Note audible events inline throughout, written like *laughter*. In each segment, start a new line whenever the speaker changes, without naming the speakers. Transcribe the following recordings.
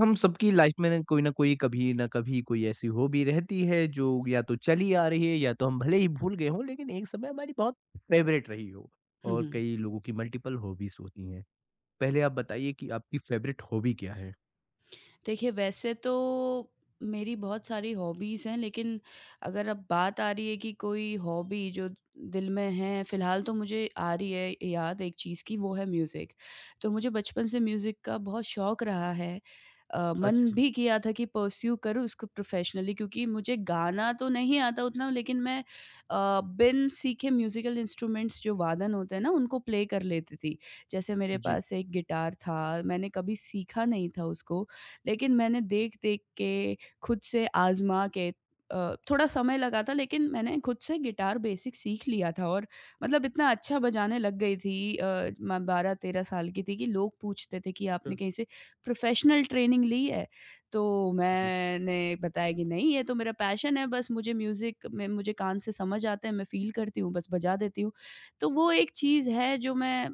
हम सबकी लाइफ में ना कोई कभी ना कभी कोई ऐसी हॉबी रहती है जो या तो चली आ रही है या तो हम भले ही भूल गए हों लेकिन एक समय हमारी बहुत फेवरेट रही हो।
Uh
और
huh.
कई लोगों की मल्टीपल हॉबीज होती हैं। पहले आप बताइए कि आपकी फेवरेट हॉबी क्या है।
देखिए, वैसे तो मेरी बहुत सारी हॉबीज़ हैं, लेकिन अगर अब बात आ रही है कि कोई हॉबी जो दिल में है फ़िलहाल, तो मुझे आ रही है याद एक चीज़ की, वो है म्यूज़िक। तो मुझे बचपन से म्यूज़िक का बहुत शौक रहा है। मन
अच्छा।
भी किया था कि परस्यू करूँ उसको प्रोफ़ेशनली, क्योंकि मुझे गाना तो नहीं आता उतना, लेकिन मैं बिन सीखे म्यूज़िकल इंस्ट्रूमेंट्स जो वादन होते हैं ना उनको प्ले कर लेती थी। जैसे मेरे
जी।
पास एक गिटार था, मैंने कभी सीखा नहीं था उसको, लेकिन मैंने देख-देख के, खुद से आज़मा के, थोड़ा समय लगा था, लेकिन मैंने खुद से गिटार बेसिक सीख लिया था। और मतलब, इतना अच्छा बजाने लग गई थी, मैं 12-13 साल की थी, कि लोग पूछते थे कि
अ,
आपने कहीं से प्रोफ़ेशनल ट्रेनिंग ली है? तो
जी।
मैंने बताया कि नहीं, ये तो मेरा पैशन है, बस मुझे म्यूज़िक में मुझे कान से समझ आता है, मैं फ़ील करती हूँ, बस बजा देती हूँ। तो वो एक चीज़ है जो मैं,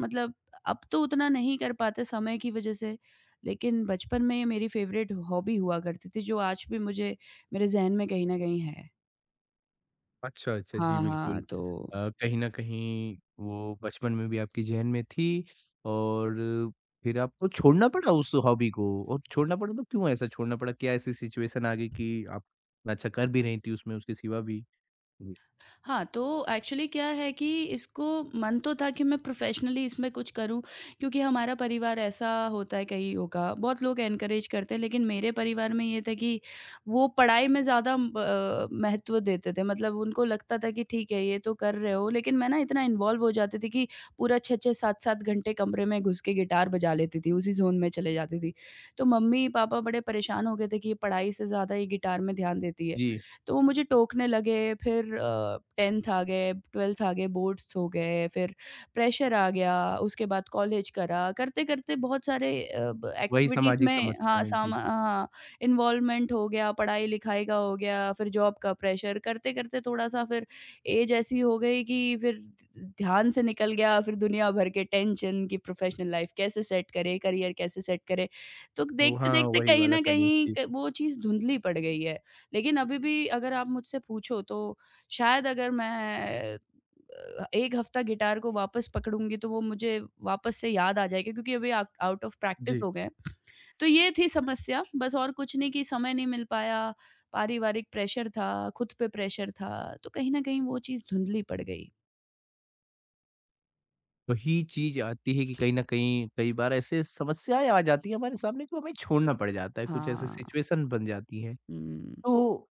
मतलब, अब तो उतना नहीं कर पाते समय की वज़ह से, लेकिन बचपन में ये मेरी फ़ेवरेट हॉबी हुआ करती थी, जो आज भी मुझे मेरे ज़हन में कहीं न कहीं है।
अच्छा, अच्छा। जी,
हाँ,
बिल्कुल। कहीं न कहीं वो बचपन में भी आपके ज़हन में थी और फिर आपको छोड़ना पड़ा उस हॉबी को। और छोड़ना पड़ा तो क्यों ऐसा छोड़ना पड़ा? क्या ऐसी सिचुएशन आ गई कि आप इतना अच्छा कर भी रही थी उसमें, उसके सिवा भी? जी।
हाँ, तो एक्चुअली क्या है कि इसको मन तो था कि मैं प्रोफ़ेशनली इसमें कुछ करूँ, क्योंकि हमारा परिवार ऐसा होता है कईयों का, बहुत लोग एनकरेज करते हैं, लेकिन मेरे परिवार में ये था कि वो पढ़ाई में ज़्यादा महत्व देते थे। मतलब उनको लगता था कि ठीक है, ये तो कर रहे हो, लेकिन मैं ना इतना इन्वॉल्व हो जाती थी कि पूरा 6-6 7-7 घंटे कमरे में घुस के गिटार बजा लेती थी, उसी ज़ोन में चले जाती थी। तो मम्मी-पापा बड़े परेशान हो गए थे कि ये पढ़ाई से ज़्यादा ये गिटार में ध्यान देती है।
जी,
तो वो मुझे टोकने लगे, फिर 10th आ गए, 12th आ गए, बोर्ड्स हो गए, फिर प्रेशर आ गया, उसके बाद कॉलेज करा, करते-करते बहुत सारे अ, ब
वही
एक्टिविटीज़
सामाजिक
में, हाँ,
समस्याएँ, जी।
सामा हाँ, इन्वॉल्वमेंट हो गया, पढ़ाई-लिखाई का हो गया, फिर जॉब का प्रेशर, करते-करते थोड़ा-सा, फिर एज ऐसी हो गई कि फिर ध्यान से निकल गया, फिर दुनिया भर के टेंशन कि प्रोफ़ेशनल लाइफ़ कैसे सेट करें, करियर कैसे सेट करें। तो
हाँ,
देखते-देखते
वही
कहीं
वाला
न
कलेश,
कहीं
जी।
क वो चीज़ धुंधली पड़ गई है। लेकिन अभी भी अगर आप मुझसे पूछो, तो शायद अगर मैं 1 हफ्ता गिटार को वापस पकड़ूँगी, तो वो मुझे वापस से याद आ जाएगा, क्योंकि अभी आउट आउट ऑफ प्रैक्टिस
जी।
हो गए हैं। तो ये थी समस्या, बस और कुछ नहीं, कि समय नहीं मिल पाया, पारिवारिक प्रेशर था, खुद पे प्रेशर था, तो कहीं न कहीं वो चीज़ धुंधली पड़ गई।
वही चीज़ आती है कि कहीं न कहीं कई बार ऐसे समस्याएँ आ जाती हैं हमारे सामने तो हमें छोड़ना पड़ जाता है, कुछ ऐसे
हाँ,
सिचुएशन बन जाती हैं।
हुँ।
तो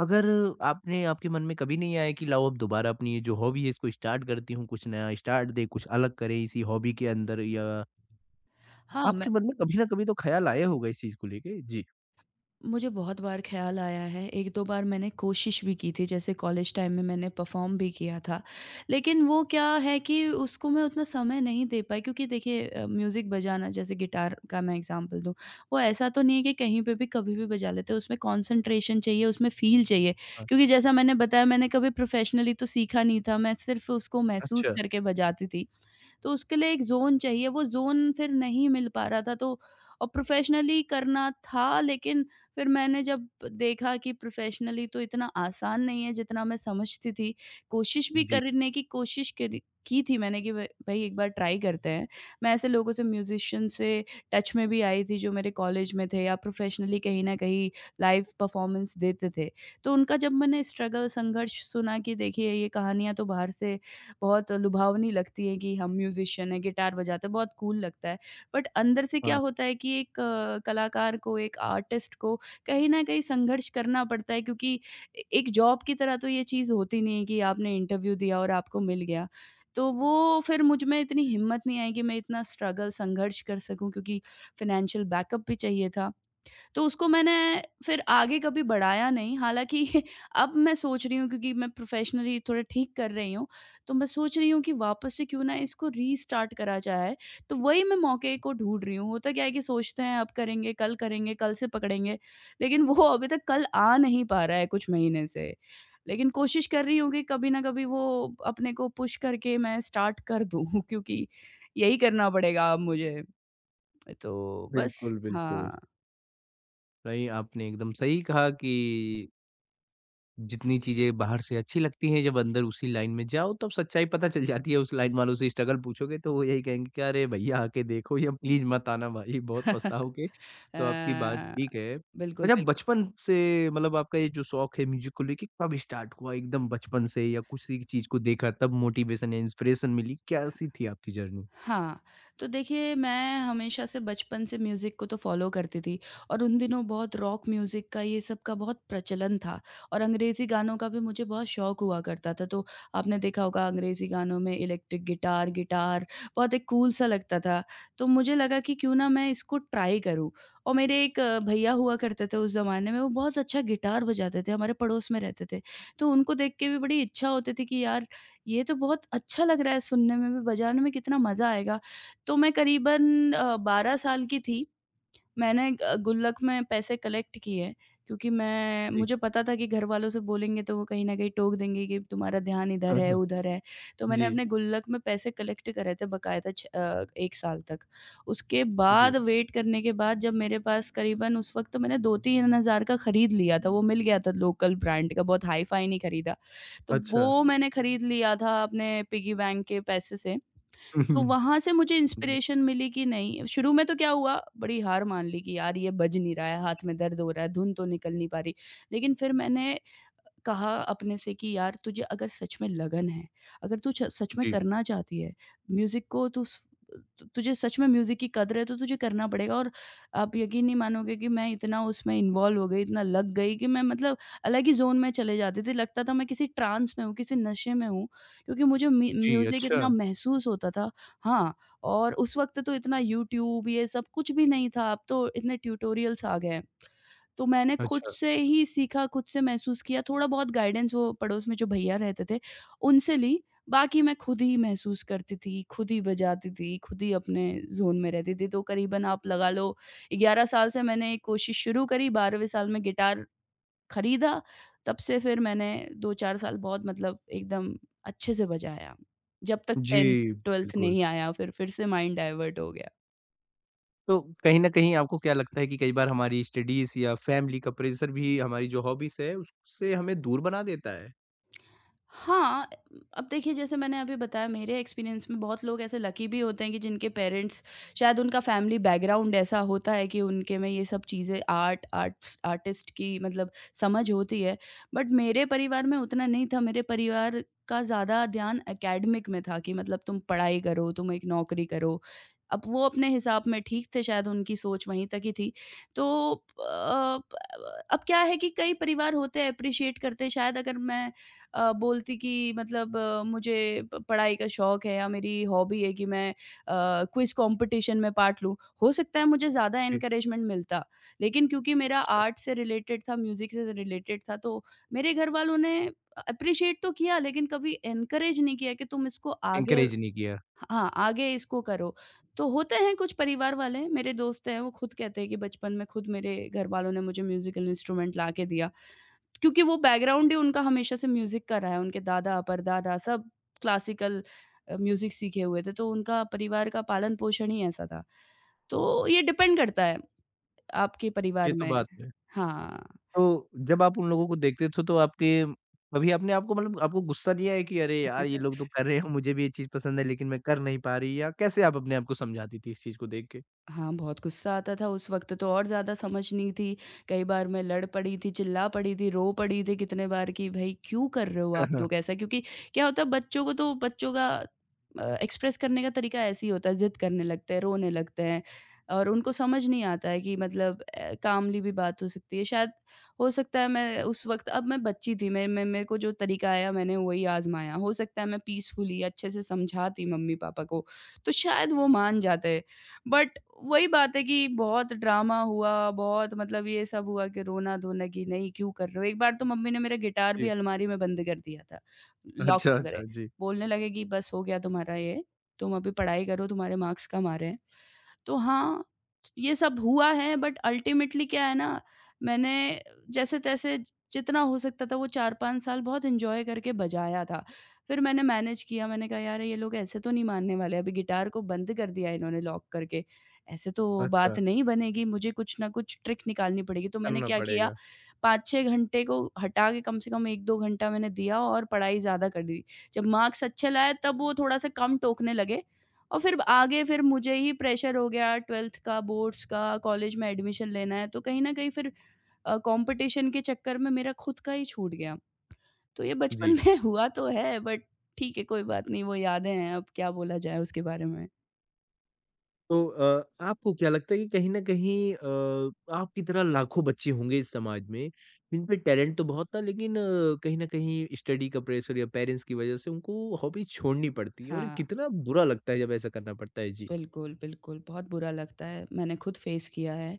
अगर आपने आपके मन में कभी नहीं आया कि लाओ अब दोबारा अपनी ये जो हॉबी है इसको स्टार्ट करती हूँ, कुछ नया स्टार्ट दें, कुछ अलग करें इसी हॉबी के अंदर या
हाँ, मैं
आपके मन में कभी ना कभी तो ख़्याल आया होगा इस चीज़ को लेके? जी।
मुझे बहुत बार ख़्याल आया है, 1-2 बार मैंने कोशिश भी की थी, जैसे कॉलेज टाइम में मैंने परफ़ॉर्म भी किया था। लेकिन वो क्या है कि उसको मैं उतना समय नहीं दे पाई, क्योंकि देखिए म्यूज़िक बजाना, जैसे गिटार का मैं एग्ज़ाम्पल दूँ, वो ऐसा तो नहीं है कि कहीं पे भी कभी भी बजा लेते हैं, उसमें कॉन्सन्ट्रेशन चाहिए, उसमें फ़ील चाहिए।
हाँ,
क्योंकि जैसा मैंने बताया, मैंने कभी प्रोफ़ेशनली तो सीखा नहीं था, मैं सिर्फ़ उसको महसूस
अच्छा।
करके बजाती थी। तो उसके लिए एक ज़ोन चाहिए, वो ज़ोन फिर नहीं मिल पा रहा था, तो और प्रोफ़ेशनली करना था, लेकिन फिर मैंने जब देखा कि प्रोफ़ेशनली तो इतना आसान नहीं है जितना मैं समझती थी। कोशिश भी
जी।
करने की कोशिश करी की थी मैंने कि भ भई एक बार ट्राई करते हैं। मैं ऐसे लोगों से, म्यूज़िशियन से टच में भी आई थी, जो मेरे कॉलेज में थे या प्रोफ़ेशनली कहीं न कहीं लाइव परफ़ॉर्मेंस देते थे। तो उनका जब मैंने स्ट्रगल, संघर्ष सुना, कि देखिए, ये कहानियाँ तो बाहर से बहुत लुभावनी लगती है, कि हम म्यूज़िशियन हैं, गिटार बजाते हैं, बहुत कूल लगता है। बट अंदर से क्या
हाँ,
होता है कि एक कलाकार को, एक आर्टिस्ट को कहीं न कहीं संघर्ष करना पड़ता है, क्योंकि ए एक जॉब की तरह तो ये चीज़ होती नहीं है कि आपने इंटरव्यू दिया और आपको मिल गया। तो वो फिर मुझ में इतनी हिम्मत नहीं आई कि मैं इतना स्ट्रगल, संघर्ष कर सकूँ, क्योंकि फ़ाइनेंशियल बैकअप भी चाहिए था। तो उसको मैंने फिर आगे कभी बढ़ाया नहीं, हालाँकि *laughs* अब मैं सोच रही हूँ, क्योंकि मैं प्रोफ़ेशनली थोड़ा ठीक कर रही हूँ, तो मैं सोच रही हूँ कि वापस से क्यों ना इसको रीस्टार्ट करा जाए, तो वही मैं मौके को ढूँढ रही हूँ। होता क्या है कि सोचते हैं अब करेंगे, कल से पकड़ेंगे, लेकिन वो अभी तक कल आ नहीं पा रहा है कुछ महीने से। लेकिन कोशिश कर रही हूँ कि कभी न कभी वो अपने को पुश करके मैं स्टार्ट कर दूँ *laughs* क्योंकि यही करना पड़ेगा अब मुझे। तो बस,
बिल्कुल, बिल्कुल।
हाँ।
नहीं, आपने एकदम सही कहा कि जितनी चीज़ें बाहर से अच्छी लगती हैं, जब अंदर उसी लाइन में जाओ तब सच्चाई पता चल जाती है, उस लाइन वालों से स्ट्रगल पूछोगे तो वो यही कहेंगे कि अरे भैया आके देखो या प्लीज़ मत आना भाई बहुत
*laughs*
पछताओगे।
अ,
तो आपकी बात ठीक है।
बिल्कुल,
अच्छा
बिल्कुल।
बचपन से मतलब आपका ये जो शौक है म्यूज़िक को लेके कब स्टार्ट हुआ? एकदम बचपन से या किसी चीज़ को देखा तब मोटिवेशन या इंस्पिरेशन मिली? कैसी थी आपकी जर्नी?
हाँ, तो देखिए, मैं हमेशा से बचपन से म्यूज़िक को तो फ़ॉलो करती थी, और उन दिनों बहुत रॉक म्यूज़िक का, ये सब का बहुत प्रचलन था, और अंग्रेज़ी गानों का भी मुझे बहुत शौक हुआ करता था। तो आपने देखा होगा, अंग्रेज़ी गानों में इलेक्ट्रिक गिटार, गिटार बहुत एक कूल सा लगता था। तो मुझे लगा कि क्यों ना मैं इसको ट्राई करूँ, और मेरे एक भैया हुआ करते थे उस ज़माने में, वो बहुत अच्छा गिटार बजाते थे, हमारे पड़ोस में रहते थे। तो उनको देख के भी बड़ी इच्छा होती थी कि यार, ये तो बहुत अच्छा लग रहा है सुनने में भी, बजाने में कितना मज़ा आएगा। तो मैं करीबन 12 साल की थी, मैंने गुल्लक में पैसे कलेक्ट किए, क्योंकि मैं
जी।
मुझे
*laughs*
पता था कि घरवालों से बोलेंगे तो वो कहीं न कहीं टोक देंगे कि तुम्हारा ध्यान इधर
हाँ,
है,
हाँ।
उधर है। तो मैंने
जी,
अपने गुल्लक में पैसे कलेक्ट करे थे बकायदा 1 साल तक। उसके
जी।
बाद, वेट करने के बाद, जब मेरे पास करीबन, उस वक़्त मैंने 2-3 हज़ार का खरीद लिया था, वो मिल गया था लोकल ब्रांड का, बहुत हाई-फाई नहीं खरीदा। तो
अच्छा।
वो मैंने खरीद लिया था अपने पिगी बैंक के पैसे से।
*laughs*
तो
हुँ,
वहाँ से मुझे
हुँ।
इंस्पिरेशन मिली कि नहीं, शुरू में तो क्या हुआ, बड़ी हार मान ली कि यार, ये बज नहीं रहा है, हाथ में दर्द हो रहा है, धुन तो निकल नहीं पा रही। लेकिन फिर मैंने कहा अपने से कि यार, तुझे अगर सच में लगन है, अगर तू छ सच में
जी,
करना चाहती है, म्यूज़िक को तुझे सच में म्यूज़िक की कदर है, तो तुझे करना पड़ेगा। और आप यकीन नहीं मानोगे कि मैं इतना उसमें इन्वॉल्व हो गई, इतना लग गई कि मैं, मतलब, अलग ही ज़ोन में चले जाती थी। लगता था मैं किसी ट्रांस में हूँ, किसी नशे में हूँ, क्योंकि मुझे मी
जी।
म्यूज़िक
अच्छा,
इतना महसूस होता था। हाँ, और उस वक़्त तो इतना यूट्यूब, ये सब कुछ भी नहीं था, अब तो इतने ट्यूटोरियल्स आ गए हैं। तो मैंने खुद
अच्छा।
से ही सीखा, खुद से महसूस किया, थोड़ा बहुत गाइडेंस वो पड़ोस में जो भैया रहते थे, उनसे ली। बाकी मैं खुद ही महसूस करती थी, खुद ही बजाती थी, खुद ही अपने ज़ोन में रहती थी। तो करीबन आप लगा लो 11 साल से मैंने कोशिश शुरू करी, 12वें साल में गिटार खरीदा, तब से फिर मैंने 2-4 साल बहुत, मतलब, एकदम अच्छे से बजाया। जब तक 10th
जी,
12th
बिल्कुल।
नहीं आया, फिर से माइंड डाइवर्ट हो गया।
तो कहीं न कहीं आपको क्या लगता है कि कई बार हमारी स्टडीज़ या फैमिली का प्रेशर भी हमारी जो हॉबीज़ है, उससे हमें दूर बना देता है?
हाँ, अब देखिए, जैसे मैंने अभी बताया, मेरे एक्सपीरियंस में बहुत लोग ऐसे लकी भी होते हैं कि जिनके पेरेंट्स, शायद उनका फैमिली बैकग्राउंड ऐसा होता है कि उनके में ये सब चीज़ें, आर्टिस्ट की, मतलब, समझ होती है। बट मेरे परिवार में उतना नहीं था, मेरे परिवार का ज़्यादा ध्यान एकेडमिक में था कि, मतलब, तुम पढ़ाई करो, तुम एक नौकरी करो। अब वो अपने हिसाब में ठीक थे, शायद उनकी सोच वहीं तक ही थी। तो अ, अब क्या है कि कई परिवार होते हैं एप्रिशिएट करते हैं, शायद अगर मैं बोलती कि, मतलब, मुझे प पढ़ाई का शौक है, या मेरी हॉबी है कि मैं क्विज़ कॉम्पिटिशन में पार्ट लूँ। हो सकता है मुझे ज़्यादा
जी,
एनकरेजमेंट मिलता, लेकिन क्योंकि मेरा
अच्छा।
आर्ट से रिलेटेड था, म्यूज़िक से रिलेटेड था, तो मेरे घरवालों ने एप्रिशिएट तो किया, लेकिन कभी एनकरेज नहीं किया कि तुम इसको आगे,
एनकरेज नहीं किया।
हाँ, आगे इसको करो। तो होते हैं कुछ परिवार वाले, मेरे दोस्त हैं वो खुद कहते हैं कि बचपन में खुद मेरे घरवालों ने मुझे म्यूज़िकल इंस्ट्रूमेंट ला के दिया। क्योंकि वो बैकग्राउंड ही उनका हमेशा से म्यूज़िक का रहा है, उनके दादा, परदादा सब क्लासिकल म्यूज़िक सीखे हुए थे, तो उनका परिवार का पालन-पोषण ही ऐसा था। तो ये डिपेंड करता है आपके
ये
परिवार
तो
में।
बात है।
हाँ।
तो जब आप उन लोगों को देखते थे तो आपके कभी आपने आपको मतलब आपको गुस्सा नहीं आया कि अरे यार! ये लोग
*laughs*
तो कर रहे हैं, मुझे भी ये चीज़ पसंद है लेकिन मैं कर नहीं पा रही या कैसे आप अपने आप को समझाती थी इस चीज़ को देख के?
हाँ, बहुत गुस्सा आता था, उस वक़्त तो और ज़्यादा समझ नहीं थी। कई बार मैं लड़ पड़ी थी, चिल्ला पड़ी थी, रो पड़ी थी कितने बार कि भई क्यों कर रहे हो आप लोग
*laughs*
ऐसा? क्योंकि क्या होता है बच्चों को तो बच्चों का एक्सप्रेस करने का तरीका ऐसे ही होता है, ज़िद करने लगते हैं, रोने लगते हैं और उनको समझ नहीं आता है कि मतलब कामली भी बात हो सकती है। शायद हो सकता है मैं उस वक़्त अब मैं बच्ची थी, मैं मेरे को जो तरीका आया मैंने वही आज़माया। हो सकता है मैं पीसफुली अच्छे से समझाती मम्मी-पापा को, तो शायद वो मान जाते। बट वही बात है कि बहुत ड्रामा हुआ, बहुत मतलब ये सब हुआ कि रोना-धोना कि नहीं क्यों कर रहे हो? एक बार तो मम्मी ने मेरा गिटार भी
जी।
अलमारी में बंद कर दिया था, लॉक
अच्छा,
लगा रहे।
अच्छा। जी।
बोलने लगे कि बस हो गया तुम्हारा ये, तुम अभी पढ़ाई करो तुम्हारे मार्क्स कम आ रहे हैं। तो हाँ, ये सब हुआ है बट अल्टीमेटली क्या है ना, मैंने जैसे-तैसे जितना हो सकता था वो 4-5 साल बहुत एन्जॉय करके बजाया था। फिर मैंने मैनेज किया, मैंने कहा यार ये लोग ऐसे तो नहीं मानने वाले, अभी गिटार को बंद कर दिया इन्होंने लॉक करके, ऐसे तो
अच्छा,
बात नहीं बनेगी, मुझे कुछ ना कुछ ट्रिक निकालनी पड़ेगी। तो मैंने
करना
क्या किया
पड़ेगा।
5-6 घंटे को हटा के कम से कम 1-2 घंटा मैंने दिया और पढ़ाई ज़्यादा कर दी। जब मार्क्स अच्छे लाए तब वो थोड़ा-सा कम टोकने लगे और फिर आगे फिर मुझे ही प्रेशर हो गया 12th का, बोर्ड्स का, कॉलेज में एडमिशन लेना है, तो कहीं न कहीं फिर कॉम्पिटिशन के चक्कर में मेरा खुद का ही छूट गया। तो ये बचपन
जी।
में *laughs* हुआ तो है बट ठीक है कोई बात नहीं, वो यादें हैं, अब क्या बोला जाए उसके बारे में।
तो आपको क्या लगता है कि कहीं न कहीं आपकी तरह लाखों बच्चे होंगे इस समाज में, जिन पे टैलेंट तो बहुत था लेकिन कहीं न कहीं स्टडी का प्रेशर या पेरेंट्स की वजह से उनको हॉबी छोड़नी पड़ती है और ये
हाँ।
कितना बुरा लगता है जब ऐसा करना पड़ता है। जी,
बिल्कुल, बिल्कुल, बहुत बुरा लगता है, मैंने खुद फेस किया है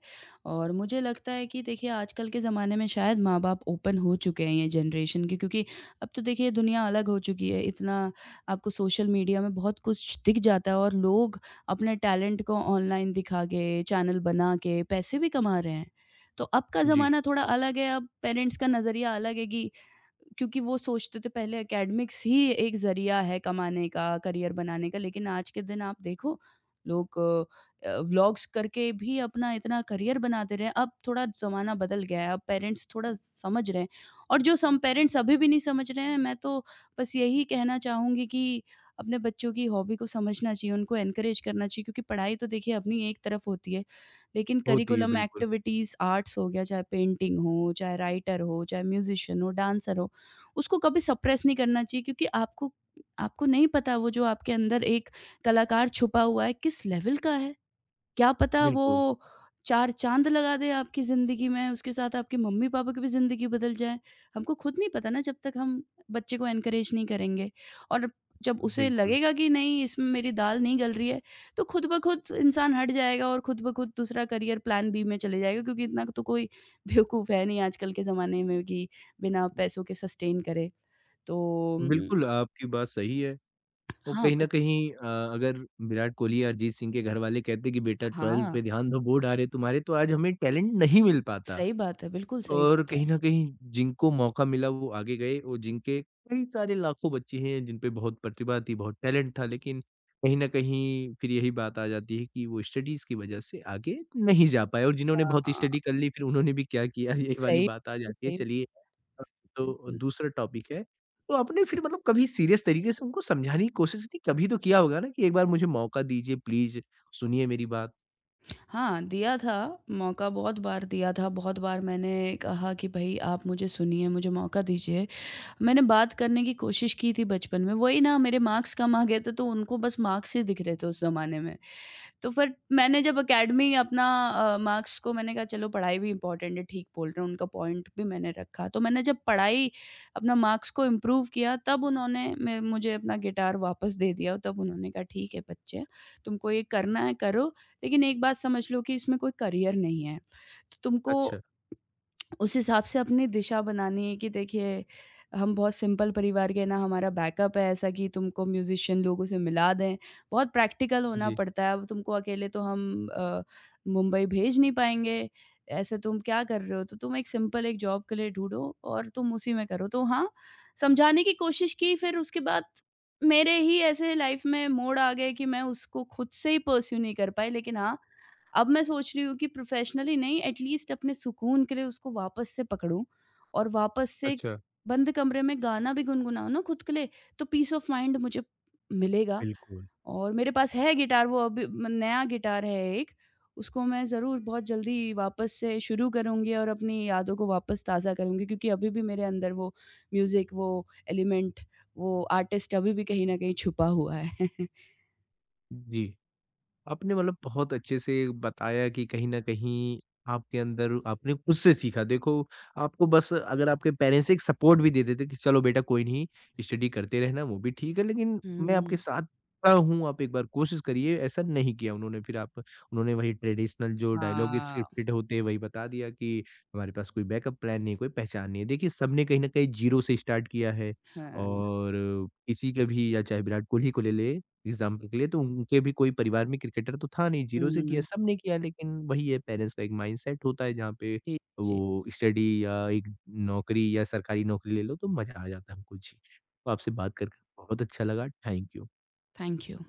और मुझे लगता है कि देखिए आजकल के ज़माने में शायद माँ-बाप ओपन हो चुके हैं ये जनरेशन के क्योंकि अब तो देखिए दुनिया अलग हो चुकी है, इतना आपको सोशल मीडिया में बहुत कुछ दिख जाता है और लोग अपने टैलेंट को ऑनलाइन दिखा के, चैनल बना के पैसे भी कमा रहे हैं। तो अब का
जी,
ज़माना थोड़ा अलग है, अब पेरेंट्स का नज़रिया अलग है कि क्योंकि वो सोचते थे पहले एकेडमिक्स ही एक ज़रिया है कमाने का, करियर बनाने का, लेकिन आज के दिन आप देखो लोग व्लॉग्स करके भी अपना इतना करियर बनाते रहे। अब थोड़ा ज़माना बदल गया है, अब पेरेंट्स थोड़ा समझ रहे हैं और जो सम पेरेंट्स अभी भी नहीं समझ रहे हैं, मैं तो बस यही कहना चाहूँगी कि अपने बच्चों की हॉबी को समझना चाहिए, उनको एनकरेज करना चाहिए क्योंकि पढ़ाई तो देखिए अपनी एक तरफ होती है, लेकिन
होती है
करिकुलम
बिल्कुल,
एक्टिविटीज़, आर्ट्स हो गया, चाहे पेंटिंग हो, चाहे राइटर हो, चाहे म्यूज़िशियन हो, डांसर हो, उसको कभी सप्रेस नहीं करना चाहिए क्योंकि आपको आपको नहीं पता वो जो आपके अंदर एक कलाकार छुपा हुआ है किस लेवल का है। क्या पता वो
बिल्कुल,
4 चाँद लगा दे आपकी ज़िंदगी में, उसके साथ आपके मम्मी-पापा की भी ज़िंदगी बदल जाए। हमको खुद नहीं पता ना जब तक हम बच्चे को एनकरेज नहीं करेंगे और जब उसे
बिल्कुल।
लगेगा कि नहीं इसमें मेरी दाल नहीं गल रही है, तो खुद ब खुद इंसान हट जाएगा और खुद ब खुद दूसरा करियर प्लान बी में चले जाएगा क्योंकि इतना तो कोई *laughs* बेवकूफ़ है नहीं आजकल के ज़माने में कि बिना पैसों के सस्टेन करे। तो उम,
बिल्कुल, आपकी बात सही है। और
हाँ,
कहीं न
बस
कहीं अगर विराट कोहली या अरिजीत सिंह के घरवाले कहते कि बेटा 12
हाँ,
पे ध्यान दो, बोर्ड आ रहे तुम्हारे, तो आज हमें टैलेंट नहीं मिल पाता।
सही बात है, बिल्कुल सही
और
बात है।
कहीं न कहीं जिनको मौका मिला वो आगे गए और जिनके कई सारे लाखों बच्चे हैं जिन पे बहुत प्रतिभा थी, बहुत टैलेंट था लेकिन कहीं न कहीं फिर यही बात आ जाती है कि वो स्टडीज़ की वजह से आगे नहीं जा पाए और जिन्होंने बहुत
हाँ,
स्टडी कर ली फिर उन्होंने भी क्या किया *laughs* ये वाली
सही
बात आ जाती है।
सही
चलिए अब तो
बिल्कुल।
दूसरा टॉपिक है। तो आपने फिर मतलब कभी सीरियस तरीके से उनको समझाने की कोशिश नहीं कभी तो किया होगा ना कि एक बार मुझे मौका दीजिए प्लीज़, सुनिए मेरी बात?
हाँ, दिया था, मौका बहुत बार दिया था, बहुत बार मैंने कहा कि भई आप मुझे सुनिए, मुझे मौका दीजिए। मैंने बात करने की कोशिश की थी बचपन में, वही ना मेरे मार्क्स कम आ गए थे तो उनको बस मार्क्स ही दिख रहे थे उस ज़माने में। तो फिर मैंने जब एकेडमी अपना मार्क्स को मैंने कहा चलो पढ़ाई भी इम्पोर्टेंट है, ठीक बोल रहे हो, उनका पॉइंट भी मैंने रखा। तो मैंने जब पढ़ाई अपना मार्क्स को इम्प्रूव किया तब उन्होंने मे मुझे अपना गिटार वापस दे दिया। तब उन्होंने कहा ठीक है बच्चे, तुमको ये करना है करो, लेकिन एक बात समझ लो कि इसमें कोई करियर नहीं है। तो तुमको
अच्छा।
उस हिसाब से अपनी दिशा बनानी है कि देखिए हम बहुत सिंपल परिवार के हैं, ना हमारा बैकअप है ऐसा कि तुमको म्यूज़िशियन लोगों से मिला दें। बहुत प्रैक्टिकल होना
जी।
पड़ता है, अब तुमको अकेले तो हम मुंबई भेज नहीं पाएँगे, ऐसे तुम क्या कर रहे हो? तो तुम एक सिंपल एक जॉब के लिए ढूँढो और तुम उसी में करो। तो हाँ, समझाने की कोशिश की फिर उसके बाद मेरे ही ऐसे लाइफ़ में मोड़ आ गए कि मैं उसको खुद से ही पर्स्यू नहीं कर पाई लेकिन हाँ, अब मैं सोच रही हूँ कि प्रोफ़ेशनली नहीं एटलीस्ट अपने सुकून के लिए उसको वापस से पकड़ूँ और वापस से
अच्छा।
बंद कमरे में गाना भी गुनगुनाऊँ ना खुद के लिए, तो पीस ऑफ माइंड मुझे मिलेगा
बिल्कुल।
और मेरे पास है गिटार वो अभी म नया गिटार है एक, उसको मैं ज़रूर बहुत जल्दी वापस से शुरू करूँगी और अपनी यादों को वापस ताज़ा करूँगी क्योंकि अभी भी मेरे अंदर वो म्यूज़िक, वो एलिमेंट, वो आर्टिस्ट अभी भी कहीं न कहीं छुपा हुआ है। *laughs*
जी। आपने मतलब बहुत अच्छे से बताया कि कहीं न कहीं आपके अंदर आपने खुद से सीखा। देखो, आपको बस अगर आपके पेरेंट्स एक सपोर्ट भी दे देते कि चलो बेटा कोई नहीं, स्टडी करते रहना वो भी ठीक है, लेकिन मैं
हुँ,
आपके साथ खड़ा हूँ, आप एक बार कोशिश करिए, ऐसा नहीं किया उन्होंने। फिर आप उन्होंने वही ट्रेडिशनल जो डायलॉग
हाँ,
स्क्रिप्टेड होते हैं, वही बता दिया कि हमारे पास कोई बैकअप प्लान नहीं है, कोई पहचान नहीं है। देखिए, सबने कहीं न कहीं ज़ीरो से स्टार्ट किया है
हाँ, हाँ।
और किसी का भी या चाहे विराट कोहली को ले ले, एग्ज़ाम्पल के लिए तो उनके भी कोई परिवार में क्रिकेटर तो था नहीं, ज़ीरो से किया,
हुँ,
सबने किया लेकिन वही है पेरेंट्स का एक माइंडसेट होता है जहाँ पे
जी, जी।
वो स्टडी या एक नौकरी या सरकारी नौकरी ले लो तो मज़ा आ जाता है हमको। जी, तो आपसे बात करके बहुत अच्छा लगा, थैंक यू।
Thank you।